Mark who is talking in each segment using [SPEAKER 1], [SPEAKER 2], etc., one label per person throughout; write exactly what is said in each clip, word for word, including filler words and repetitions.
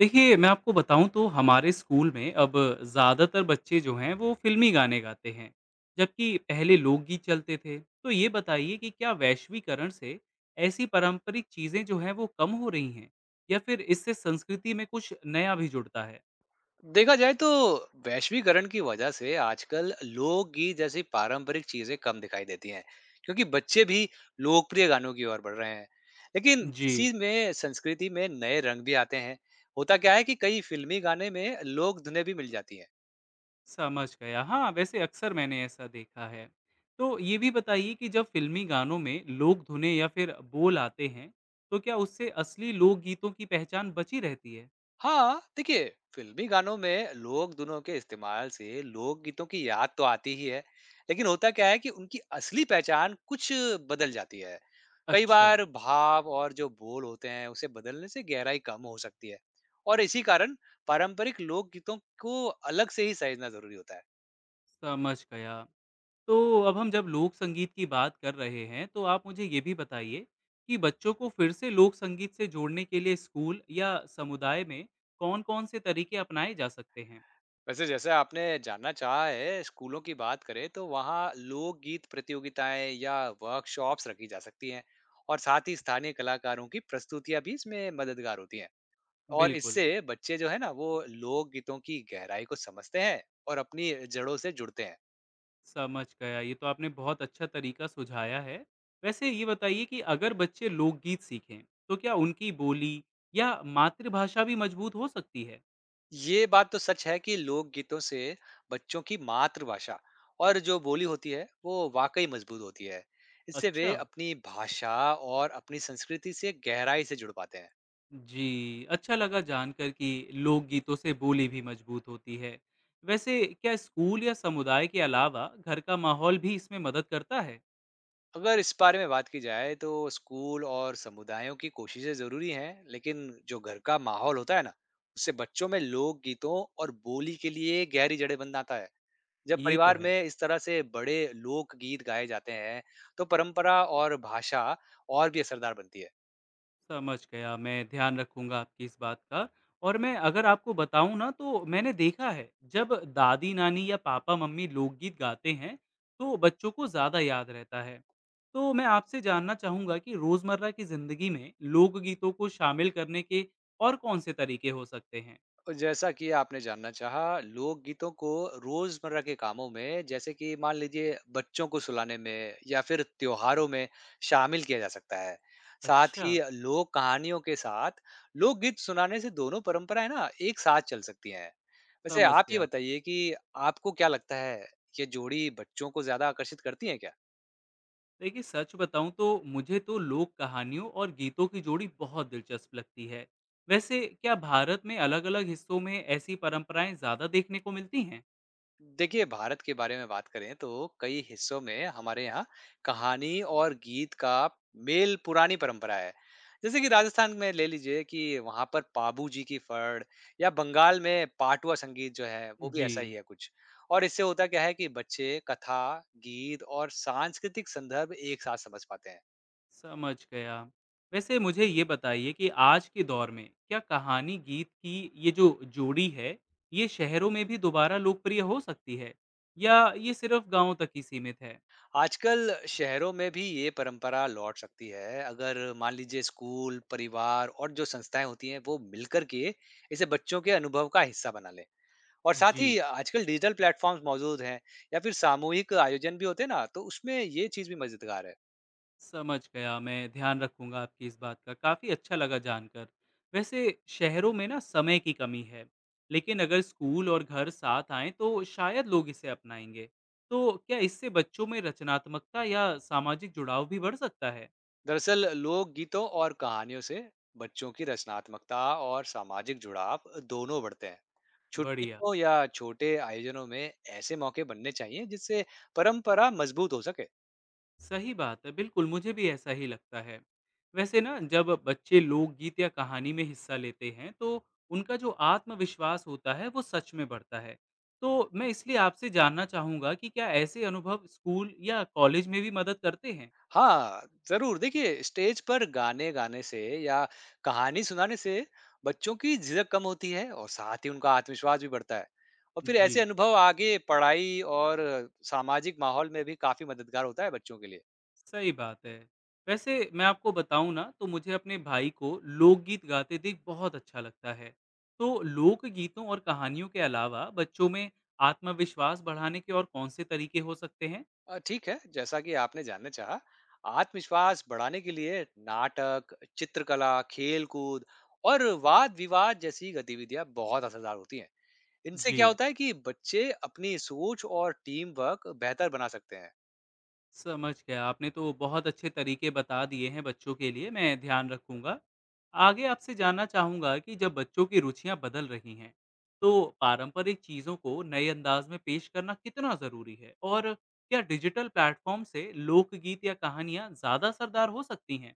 [SPEAKER 1] देखिए, मैं आपको बताऊँ तो हमारे स्कूल में अब ज़्यादातर बच्चे जो हैं वो फ़िल्मी गाने गाते हैं, जबकि पहले लोकगीत चलते थे। तो ये बताइए कि क्या वैश्वीकरण से ऐसी पारंपरिक चीज़ें जो हैं वो कम हो रही हैं? या फिर इससे संस्कृति में कुछ नया भी जुड़ता है?
[SPEAKER 2] देखा जाए तो वैश्वीकरण की वजह से आजकल लोकगीत जैसी पारंपरिक चीजें कम दिखाई देती हैं क्योंकि बच्चे भी लोकप्रिय गानों की ओर बढ़ रहे हैं। लेकिन
[SPEAKER 1] जी।
[SPEAKER 2] इसी में संस्कृति में नए रंग भी आते हैं। होता क्या है कि कई फिल्मी गाने में लोक धुनें भी मिल जाती हैं।
[SPEAKER 1] समझ गया। हाँ, वैसे अक्सर मैंने ऐसा देखा है। तो ये भी बताइए कि जब फ़िल्मी गानों में लोक धुनें या फिर बोल आते हैं, तो क्या उससे असली लोकगीतों की पहचान बची रहती है?
[SPEAKER 2] हाँ, देखिए, फ़िल्मी गानों में लोक धुनों के इस्तेमाल से लोकगीतों की याद तो आती ही है, लेकिन होता क्या है कि उनकी असली पहचान कुछ बदल जाती है। कई
[SPEAKER 1] अच्छा।
[SPEAKER 2] बार भाव और जो बोल होते हैं, उसे बदलने से गहराई कम हो सकती है और इसी कारण पारंपरिक लोकगीतों को अलग से ही सहेजना ज़रूरी होता है।
[SPEAKER 1] समझ गया। तो अब हम जब लोक संगीत की बात कर रहे हैं, तो आप मुझे ये भी बताइए कि बच्चों को फिर से लोक संगीत से जोड़ने के लिए स्कूल या समुदाय में कौन-कौन से तरीके अपनाए जा सकते हैं?
[SPEAKER 2] वैसे जैसे आपने जानना चाहा है, स्कूलों की बात करें तो वहाँ लोकगीत प्रतियोगिताएं या वर्कशॉप्स रखी जा सकती हैं और साथ ही स्थानीय कलाकारों की प्रस्तुतियां भी इसमें मददगार होती हैं। और
[SPEAKER 1] बिल्कुल,
[SPEAKER 2] इससे बच्चे जो है ना वो लोकगीतों की गहराई को समझते हैं और अपनी जड़ों से जुड़ते हैं।
[SPEAKER 1] समझ गया। ये तो आपने बहुत अच्छा तरीका सुझाया है। वैसे ये बताइए कि अगर बच्चे लोकगीत सीखें, तो क्या उनकी बोली या मातृभाषा भी मजबूत हो सकती है?
[SPEAKER 2] ये बात तो सच है कि लोकगीतों से बच्चों की मातृभाषा और जो बोली होती है वो वाकई मजबूत होती है। इससे वे
[SPEAKER 1] अच्छा।
[SPEAKER 2] अपनी भाषा और अपनी संस्कृति से गहराई से जुड़ पाते हैं।
[SPEAKER 1] जी, अच्छा लगा जानकर कि लोकगीतों से बोली भी मजबूत होती है। वैसे क्या स्कूल या समुदाय के अलावा घर का माहौल भी इसमें मदद करता है?
[SPEAKER 2] अगर इस बारे में बात की जाए तो स्कूल और समुदायों की कोशिशें जरूरी हैं, लेकिन जो घर का माहौल होता है ना, उससे बच्चों में लोक गीतों और बोली के लिए गहरी जड़ें बन जाता है। जब
[SPEAKER 1] ये तो
[SPEAKER 2] परिवार में
[SPEAKER 1] है,
[SPEAKER 2] इस तरह से बड़े लोक गीत गाए जाते हैं तो परंपरा और भाषा और भी असरदार बनती है।
[SPEAKER 1] समझ गया। मैं ध्यान रखूंगा आपकी इस बात का और मैं अगर आपको बताऊं ना तो मैंने देखा है जब दादी-नानी या पापा-मम्मी लोकगीत गाते हैं तो बच्चों को ज़्यादा याद रहता है। तो मैं आपसे जानना चाहूंगा कि रोजमर्रा की जिंदगी में लोकगीतों को शामिल करने के और कौन से तरीके हो सकते हैं?
[SPEAKER 2] और जैसा कि आपने जानना चाहा, लोकगीतों को रोजमर्रा के कामों में, जैसे कि मान लीजिए बच्चों को सुलाने में या फिर त्योहारों में शामिल किया जा सकता है। साथ
[SPEAKER 1] अच्छा,
[SPEAKER 2] ही लोक कहानियों के साथ लोकगीत सुनाने से दोनों परंपराएं ना एक साथ चल सकती हैं। वैसे
[SPEAKER 1] समझ
[SPEAKER 2] आप ये
[SPEAKER 1] गया।
[SPEAKER 2] बताइए कि आपको क्या लगता है, ये जोड़ी बच्चों को ज्यादा आकर्षित करती है क्या?
[SPEAKER 1] देखिए सच बताऊँ तो मुझे तो लोक कहानियों और गीतों की जोड़ी बहुत दिलचस्प लगती है। वैसे क्या भारत में अलग-अलग हिस्सों में ऐसी परंपराएं ज़्यादा देखने को मिलती हैं?
[SPEAKER 2] देखिए, भारत के बारे में बात करें तो कई हिस्सों में हमारे यहाँ कहानी और गीत का मेल पुरानी परंपरा है। जैसे कि राजस्थान में ले लीजिए कि वहां पर पाबू जी की फड़ या बंगाल में पाटुआ संगीत जो है वो भी ऐसा ही
[SPEAKER 1] जी,
[SPEAKER 2] है कुछ। और इससे होता क्या है कि बच्चे कथा, गीत और सांस्कृतिक संदर्भ एक साथ समझ पाते हैं।
[SPEAKER 1] समझ गया। वैसे मुझे ये बताइए कि आज के दौर में क्या कहानी गीत की ये जो जोड़ी है, ये शहरों में भी दोबारा लोकप्रिय हो सकती है? या ये सिर्फ गाँव तक ही सीमित है?
[SPEAKER 2] आजकल शहरों में भी ये परंपरा लौट सकती है अगर मान लीजिए स्कूल, परिवार और जो संस्थाएं होती हैं वो मिलकर के इसे बच्चों के अनुभव का हिस्सा बना लें। और साथ ही
[SPEAKER 1] जी।
[SPEAKER 2] आजकल डिजिटल प्लेटफॉर्म्स मौजूद हैं या फिर सामूहिक आयोजन भी होते हैं ना, तो उसमें ये चीज भी मजेदार है।
[SPEAKER 1] समझ गया, मैं ध्यान रखूँगा आपकी इस बात का। काफ़ी अच्छा लगा जानकर। वैसे शहरों में ना समय की कमी है, लेकिन अगर स्कूल और घर साथ आएँ तो शायद लोग इसे अपनाएँगे। तो क्या इससे बच्चों में रचनात्मकता या सामाजिक जुड़ाव भी बढ़ सकता है?
[SPEAKER 2] दरअसल लोक गीतों और कहानियों से बच्चों की रचनात्मकता और सामाजिक जुड़ाव दोनों बढ़ते हैं।
[SPEAKER 1] बढ़िया।
[SPEAKER 2] छुट्टियों या छोटे आयोजनों में ऐसे मौके बनने चाहिए जिससे परंपरा मजबूत हो सके।
[SPEAKER 1] सही बात है, बिल्कुल मुझे भी ऐसा ही लगता है। वैसे ना जब बच्चे लोकगीत या कहानी में हिस्सा लेते हैं तो उनका जो आत्मविश्वास होता है वो सच में बढ़ता है। तो मैं इसलिए आपसे जानना चाहूँगा कि क्या ऐसे अनुभव स्कूल या कॉलेज में भी मदद करते हैं?
[SPEAKER 2] हाँ, ज़रूर। देखिए, स्टेज पर गाने गाने से या कहानी सुनाने से बच्चों की झिझक कम होती है और साथ ही उनका आत्मविश्वास भी बढ़ता है। और फिर
[SPEAKER 1] जी,
[SPEAKER 2] ऐसे अनुभव आगे पढ़ाई और सामाजिक माहौल में भी काफ़ी मददगार होता है बच्चों के लिए।
[SPEAKER 1] सही बात है। वैसे मैं आपको बताऊँ ना तो मुझे अपने भाई को लोकगीत गाते देख बहुत अच्छा लगता है। तो लोकगीतों और कहानियों के अलावा बच्चों में आत्मविश्वास बढ़ाने के और कौन से तरीके हो सकते हैं?
[SPEAKER 2] अ, ठीक है, जैसा कि आपने जानना चाहा, आत्मविश्वास बढ़ाने के लिए नाटक, चित्रकला, खेल-कूद और वाद-विवाद जैसी गतिविधियाँ बहुत असरदार होती हैं। इनसे
[SPEAKER 1] जी,
[SPEAKER 2] क्या होता है कि बच्चे अपनी सोच और टीम वर्क बेहतर बना सकते हैं।
[SPEAKER 1] समझ गया। आपने तो बहुत अच्छे तरीके बता दिए हैं बच्चों के लिए, मैं ध्यान रखूँगा। आगे आपसे जानना चाहूँगा कि जब बच्चों की रुचियाँ बदल रही हैं, तो पारंपरिक चीज़ों को नए अंदाज में पेश करना कितना ज़रूरी है? और क्या डिजिटल प्लेटफ़ॉर्म से लोकगीत या कहानियाँ ज़्यादा असरदार हो सकती हैं?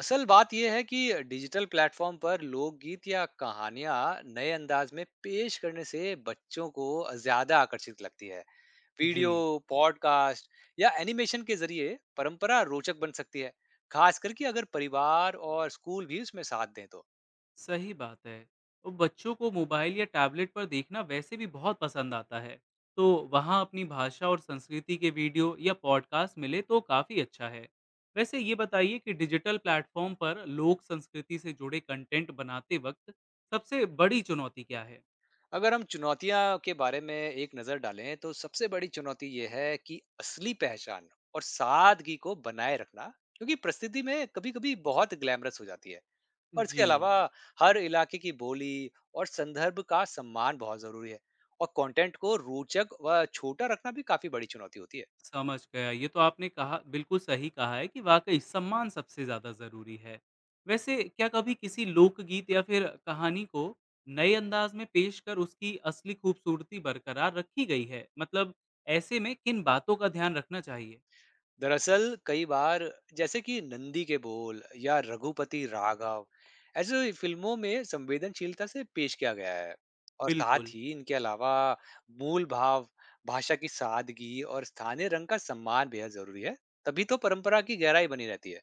[SPEAKER 2] असल बात यह है कि डिजिटल प्लेटफॉर्म पर लोकगीत या कहानियां नए अंदाज में पेश करने से बच्चों को ज्यादा आकर्षित लगती है।
[SPEAKER 1] जी।
[SPEAKER 2] वीडियो, पॉडकास्ट या एनिमेशन के जरिए परंपरा रोचक बन सकती है, खास करके अगर परिवार और स्कूल भी उसमें साथ दें तो।
[SPEAKER 1] सही बात है। और बच्चों को मोबाइल या टैबलेट पर देखना वैसे भी बहुत पसंद आता है। तो वहाँ अपनी भाषा और संस्कृति के वीडियो या पॉडकास्ट मिले तो काफ़ी अच्छा है। वैसे ये बताइए कि डिजिटल प्लेटफ़ॉर्म पर लोक संस्कृति से जुड़े कंटेंट बनाते वक़्त सबसे बड़ी चुनौती क्या है?
[SPEAKER 2] अगर हम चुनौतियां के बारे में एक नजर डालें तो सबसे बड़ी चुनौती यह है कि असली पहचान और सादगी को बनाए रखना, क्योंकि प्रस्तुति में कभी-कभी बहुत ग्लैमरस हो जाती है। और इसके
[SPEAKER 1] जी।
[SPEAKER 2] अलावा हर इलाके की बोली और संदर्भ का सम्मान बहुत जरूरी है, और कंटेंट को रोचक व छोटा रखना भी काफी बड़ी चुनौती होती है।
[SPEAKER 1] समझ गया। ये तो आपने कहा बिल्कुल सही कहा है कि वाक़ई सम्मान सबसे ज़्यादा ज़रूरी है। वैसे क्या कभी किसी लोकगीत या फिर कहानी को नए अंदाज़ में पेश कर उसकी असली खूबसूरती बरकरार रखी गई है? मतलब ऐसे में किन बातों का ध्यान रखना चाहिए?
[SPEAKER 2] दरअसल कई बार, जैसे कि नंदी के बोल या रघुपति राघव, ऐसे फिल्मों में संवेदनशीलता से पेश किया गया है। और
[SPEAKER 1] बिल्कुल,
[SPEAKER 2] साथ ही इनके अलावा मूल भाव, भाषा की सादगी और स्थानीय रंग का सम्मान बेहद जरूरी है, तभी तो परंपरा की गहराई बनी रहती है।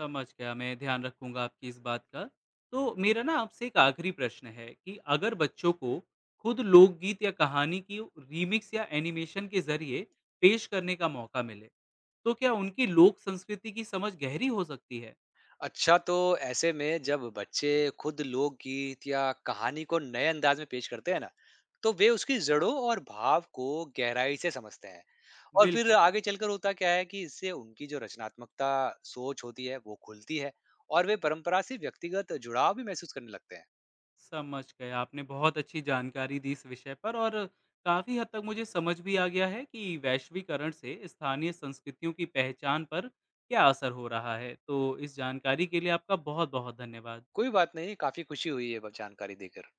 [SPEAKER 1] समझ गया। मैं ध्यान रखूँगा आपकी इस बात का। तो मेरा ना आपसे एक आखिरी प्रश्न है कि अगर बच्चों को खुद लोकगीत या कहानी की रीमिक्स या एनिमेशन के ज़रिए पेश करने का मौका मिले, तो क्या उनकी लोक संस्कृति की समझ गहरी हो सकती है?
[SPEAKER 2] अच्छा, तो ऐसे में जब बच्चे खुद लोकगीत या कहानी को नए अंदाज में पेश करते हैं ना, तो वे उसकी जड़ों और भाव को गहराई से समझते हैं। और फिर
[SPEAKER 1] बिल्कुल,
[SPEAKER 2] आगे चलकर होता क्या है कि इससे उनकी जो रचनात्मकता, सोच होती है वो खुलती है और वे परंपरा से व्यक्तिगत जुड़ाव भी महसूस करने लगते हैं।
[SPEAKER 1] समझ गए। आपने बहुत अच्छी जानकारी दी इस विषय पर और काफ़ी हद तक मुझे समझ भी आ गया है कि वैश्वीकरण से स्थानीय संस्कृतियों की पहचान पर क्या असर हो रहा है। तो इस जानकारी के लिए आपका बहुत-बहुत धन्यवाद।
[SPEAKER 2] कोई बात नहीं, काफी खुशी हुई है जानकारी देकर।